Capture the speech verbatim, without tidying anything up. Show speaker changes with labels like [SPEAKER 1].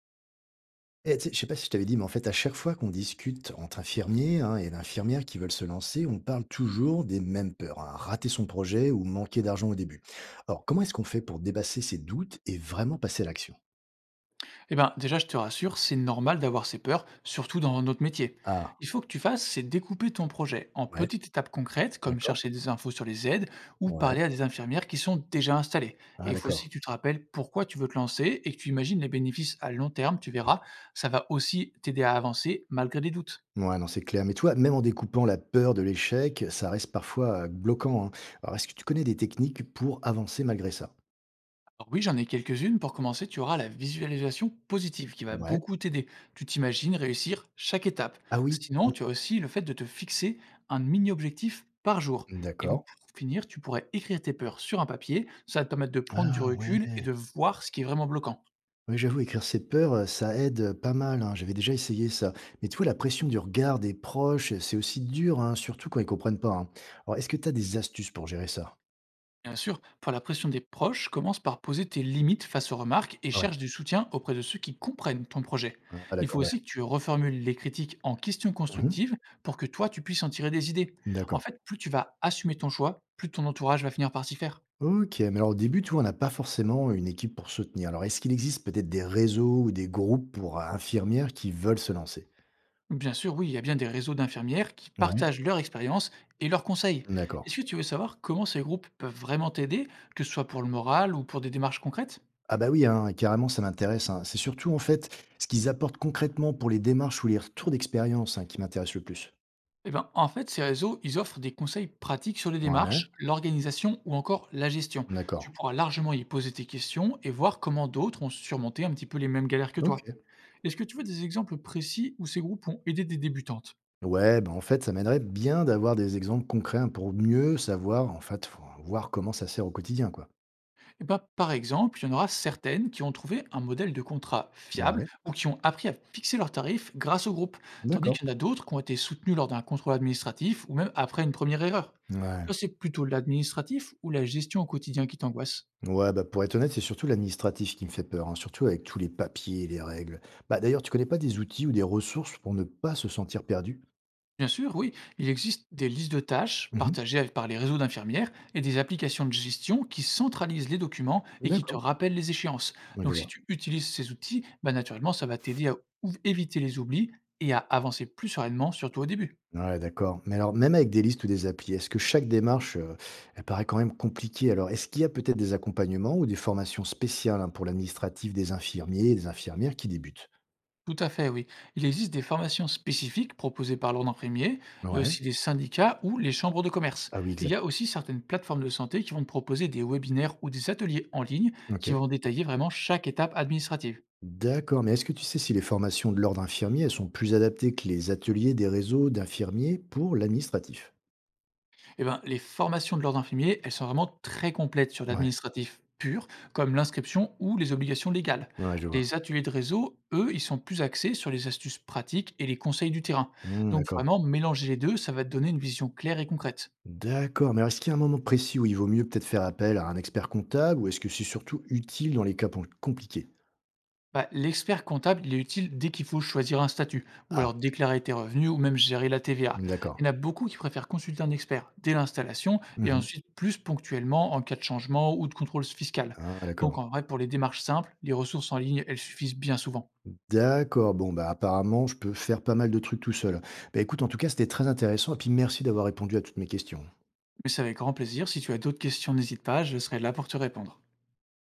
[SPEAKER 1] Eh, tu sais, je sais pas si je t'avais dit, mais en fait, à chaque fois qu'on discute entre infirmiers, hein, et d'infirmières qui veulent se lancer, on parle toujours des mêmes peurs, hein, rater son projet ou manquer d'argent au début. Alors, comment est-ce qu'on fait pour dépasser ces doutes et vraiment passer à l'action?
[SPEAKER 2] Eh ben, déjà, je te rassure, c'est normal d'avoir ces peurs, surtout dans notre métier.
[SPEAKER 1] Ah,
[SPEAKER 2] Il faut que tu fasses, c'est découper ton projet en
[SPEAKER 1] ouais,
[SPEAKER 2] petites étapes concrètes, comme
[SPEAKER 1] d'accord.
[SPEAKER 2] chercher des infos sur les aides ou
[SPEAKER 1] Ouais,
[SPEAKER 2] parler à des infirmières qui sont déjà installées.
[SPEAKER 1] ah,
[SPEAKER 2] Et il faut aussi
[SPEAKER 1] d'accord.
[SPEAKER 2] que tu te rappelles pourquoi tu veux te lancer et que tu imagines les bénéfices à long terme, tu
[SPEAKER 1] Oui.
[SPEAKER 2] verras, ça va aussi t'aider à avancer malgré les doutes.
[SPEAKER 1] Ouais, non, c'est clair. Mais toi, même en découpant la peur de l'échec, ça reste parfois euh, bloquant, hein. Alors, est-ce que tu connais des techniques pour avancer malgré ça?
[SPEAKER 2] Alors oui, j'en ai quelques-unes. Pour commencer, tu auras la visualisation positive qui va
[SPEAKER 1] Ouais.
[SPEAKER 2] beaucoup t'aider. Tu t'imagines réussir chaque étape.
[SPEAKER 1] Ah oui,
[SPEAKER 2] Sinon, tu as aussi le fait de te fixer un mini-objectif par jour.
[SPEAKER 1] mm,
[SPEAKER 2] Et
[SPEAKER 1] d'accord.
[SPEAKER 2] pour finir, tu pourrais écrire tes peurs sur un papier. Ça va te permettre de prendre du
[SPEAKER 1] Ah
[SPEAKER 2] recul et
[SPEAKER 1] ouais.
[SPEAKER 2] de voir ce qui est vraiment bloquant.
[SPEAKER 1] Oui, j'avoue, écrire ses peurs, euh, ça aide, euh, pas mal, hein. J'avais déjà essayé ça. Mais tu vois, la pression du regard des proches, euh, c'est aussi dur, hein, surtout quand ils comprennent pas, hein. Alors, est-ce que tu as des astuces pour gérer ça?
[SPEAKER 2] Bien sûr, pour la pression des proches, commence par poser tes limites face aux remarques et
[SPEAKER 1] Ouais.
[SPEAKER 2] cherche du soutien auprès de ceux qui comprennent ton projet.
[SPEAKER 1] Ah ah,
[SPEAKER 2] Il faut
[SPEAKER 1] d'accord, ouais.
[SPEAKER 2] aussi que tu reformules les critiques en questions
[SPEAKER 1] Mmh.
[SPEAKER 2] constructives pour que toi, tu puisses en tirer des idées. En
[SPEAKER 1] D'accord.
[SPEAKER 2] fait, plus tu vas assumer ton choix, plus ton entourage va finir par s'y faire.
[SPEAKER 1] OK, mais alors au début, tu vois, on n'a pas forcément une équipe pour soutenir. Alors, est-ce qu'il existe peut-être des réseaux ou des groupes pour euh, infirmières qui veulent se lancer?
[SPEAKER 2] Bien sûr, oui, il y a bien des réseaux d'infirmières qui
[SPEAKER 1] Ouais,
[SPEAKER 2] partagent leur expérience et leurs conseils.
[SPEAKER 1] d'accord.
[SPEAKER 2] Est-ce que tu veux savoir comment ces groupes peuvent vraiment t'aider, que ce soit pour le moral ou pour des démarches concrètes?
[SPEAKER 1] Ah bah, oui, hein, carrément, ça m'intéresse, hein. C'est surtout, en fait, ce qu'ils apportent concrètement pour les démarches ou les retours d'expérience, hein, qui m'intéressent le plus.
[SPEAKER 2] Eh ben, en fait, ces réseaux, ils offrent des conseils pratiques sur les
[SPEAKER 1] Ouais,
[SPEAKER 2] démarches, l'organisation ou encore la gestion.
[SPEAKER 1] d'accord.
[SPEAKER 2] Tu pourras largement y poser tes questions et voir comment d'autres ont surmonté un petit peu les mêmes galères que
[SPEAKER 1] OK.
[SPEAKER 2] toi. Est-ce que tu veux des exemples précis où ces groupes ont aidé des débutantes?
[SPEAKER 1] Ouais, ben en fait, ça m'aiderait bien d'avoir des exemples concrets, hein, pour mieux savoir, en fait, faut voir comment ça sert au quotidien, quoi.
[SPEAKER 2] Eh ben, par exemple, il y en aura certaines qui ont trouvé un modèle de contrat fiable
[SPEAKER 1] Ouais,
[SPEAKER 2] ou qui ont appris à fixer leurs tarifs grâce au groupe, tandis
[SPEAKER 1] d'accord.
[SPEAKER 2] qu'il y en a d'autres qui ont été soutenues lors d'un contrôle administratif ou même après une première erreur.
[SPEAKER 1] Ouais.
[SPEAKER 2] Toi, c'est plutôt l'administratif ou la gestion au quotidien qui t'angoisse?
[SPEAKER 1] Ouais, bah, pour être honnête, c'est surtout l'administratif qui me fait peur, hein, surtout avec tous les papiers et les règles. Bah, d'ailleurs, tu connais pas des outils ou des ressources pour ne pas se sentir perdu?
[SPEAKER 2] Bien sûr, oui, il existe des listes de tâches
[SPEAKER 1] Mhm.
[SPEAKER 2] partagées avec- par les réseaux d'infirmières et des applications de gestion qui centralisent les documents et qui te
[SPEAKER 1] D'accord.
[SPEAKER 2] rappellent les échéances.
[SPEAKER 1] Ouais, je
[SPEAKER 2] Donc si
[SPEAKER 1] vois.
[SPEAKER 2] tu utilises ces outils, bah, naturellement, ça va t'aider à ou- éviter les oublis et à avancer plus sereinement, surtout au début.
[SPEAKER 1] Ouais, d'accord. Mais alors, même avec des listes ou des applis, est-ce que chaque démarche, euh, elle paraît quand même compliquée? Alors, est-ce qu'il y a peut-être des accompagnements ou des formations spéciales, hein, pour l'administratif des infirmiers et des infirmières qui débutent?
[SPEAKER 2] Tout à fait, oui. Il existe des formations spécifiques proposées par l'ordre imprimier, il y a
[SPEAKER 1] Ouais.
[SPEAKER 2] aussi des syndicats ou les chambres de commerce.
[SPEAKER 1] Ah oui,
[SPEAKER 2] Et il y
[SPEAKER 1] exact.
[SPEAKER 2] a aussi certaines plateformes de santé qui vont te proposer des webinaires ou des ateliers en ligne qui
[SPEAKER 1] OK.
[SPEAKER 2] vont détailler vraiment chaque étape administrative.
[SPEAKER 1] D'accord, mais est-ce que tu sais si les formations de l'ordre infirmier, elles sont plus adaptées que les ateliers des réseaux d'infirmiers pour l'administratif?
[SPEAKER 2] Eh ben, les formations de l'ordre infirmier, elles sont vraiment très complètes sur
[SPEAKER 1] Ouais,
[SPEAKER 2] l'administratif pur, comme l'inscription ou les obligations légales.
[SPEAKER 1] ouais, je vois.
[SPEAKER 2] Les ateliers de réseau, eux, ils sont plus axés sur les astuces pratiques et les conseils du terrain.
[SPEAKER 1] Mmh,
[SPEAKER 2] Donc
[SPEAKER 1] d'accord.
[SPEAKER 2] vraiment, mélanger les deux, ça va te donner une vision claire et concrète.
[SPEAKER 1] D'accord, mais alors est-ce qu'il y a un moment précis où il vaut mieux peut-être faire appel à un expert comptable ou est-ce que c'est surtout utile dans les cas pon- compliqués?
[SPEAKER 2] Bah, l'expert comptable, il est utile dès qu'il faut choisir un statut, ou
[SPEAKER 1] Ah,
[SPEAKER 2] alors déclarer tes revenus, ou même gérer la T V A.
[SPEAKER 1] d'accord.
[SPEAKER 2] Il y en a beaucoup qui préfèrent consulter un expert dès l'installation et
[SPEAKER 1] Mmh.
[SPEAKER 2] ensuite plus ponctuellement en cas de changement ou de contrôle fiscal.
[SPEAKER 1] Ah, d'accord.
[SPEAKER 2] Donc en vrai, pour les démarches simples, les ressources en ligne, elles suffisent bien souvent.
[SPEAKER 1] D'accord, bon, bah apparemment, je peux faire pas mal de trucs tout seul. Bah écoute, en tout cas, c'était très intéressant et puis merci d'avoir répondu à toutes mes questions.
[SPEAKER 2] Mais c'est avec grand plaisir. Si tu as d'autres questions, n'hésite pas, je serai là pour te répondre.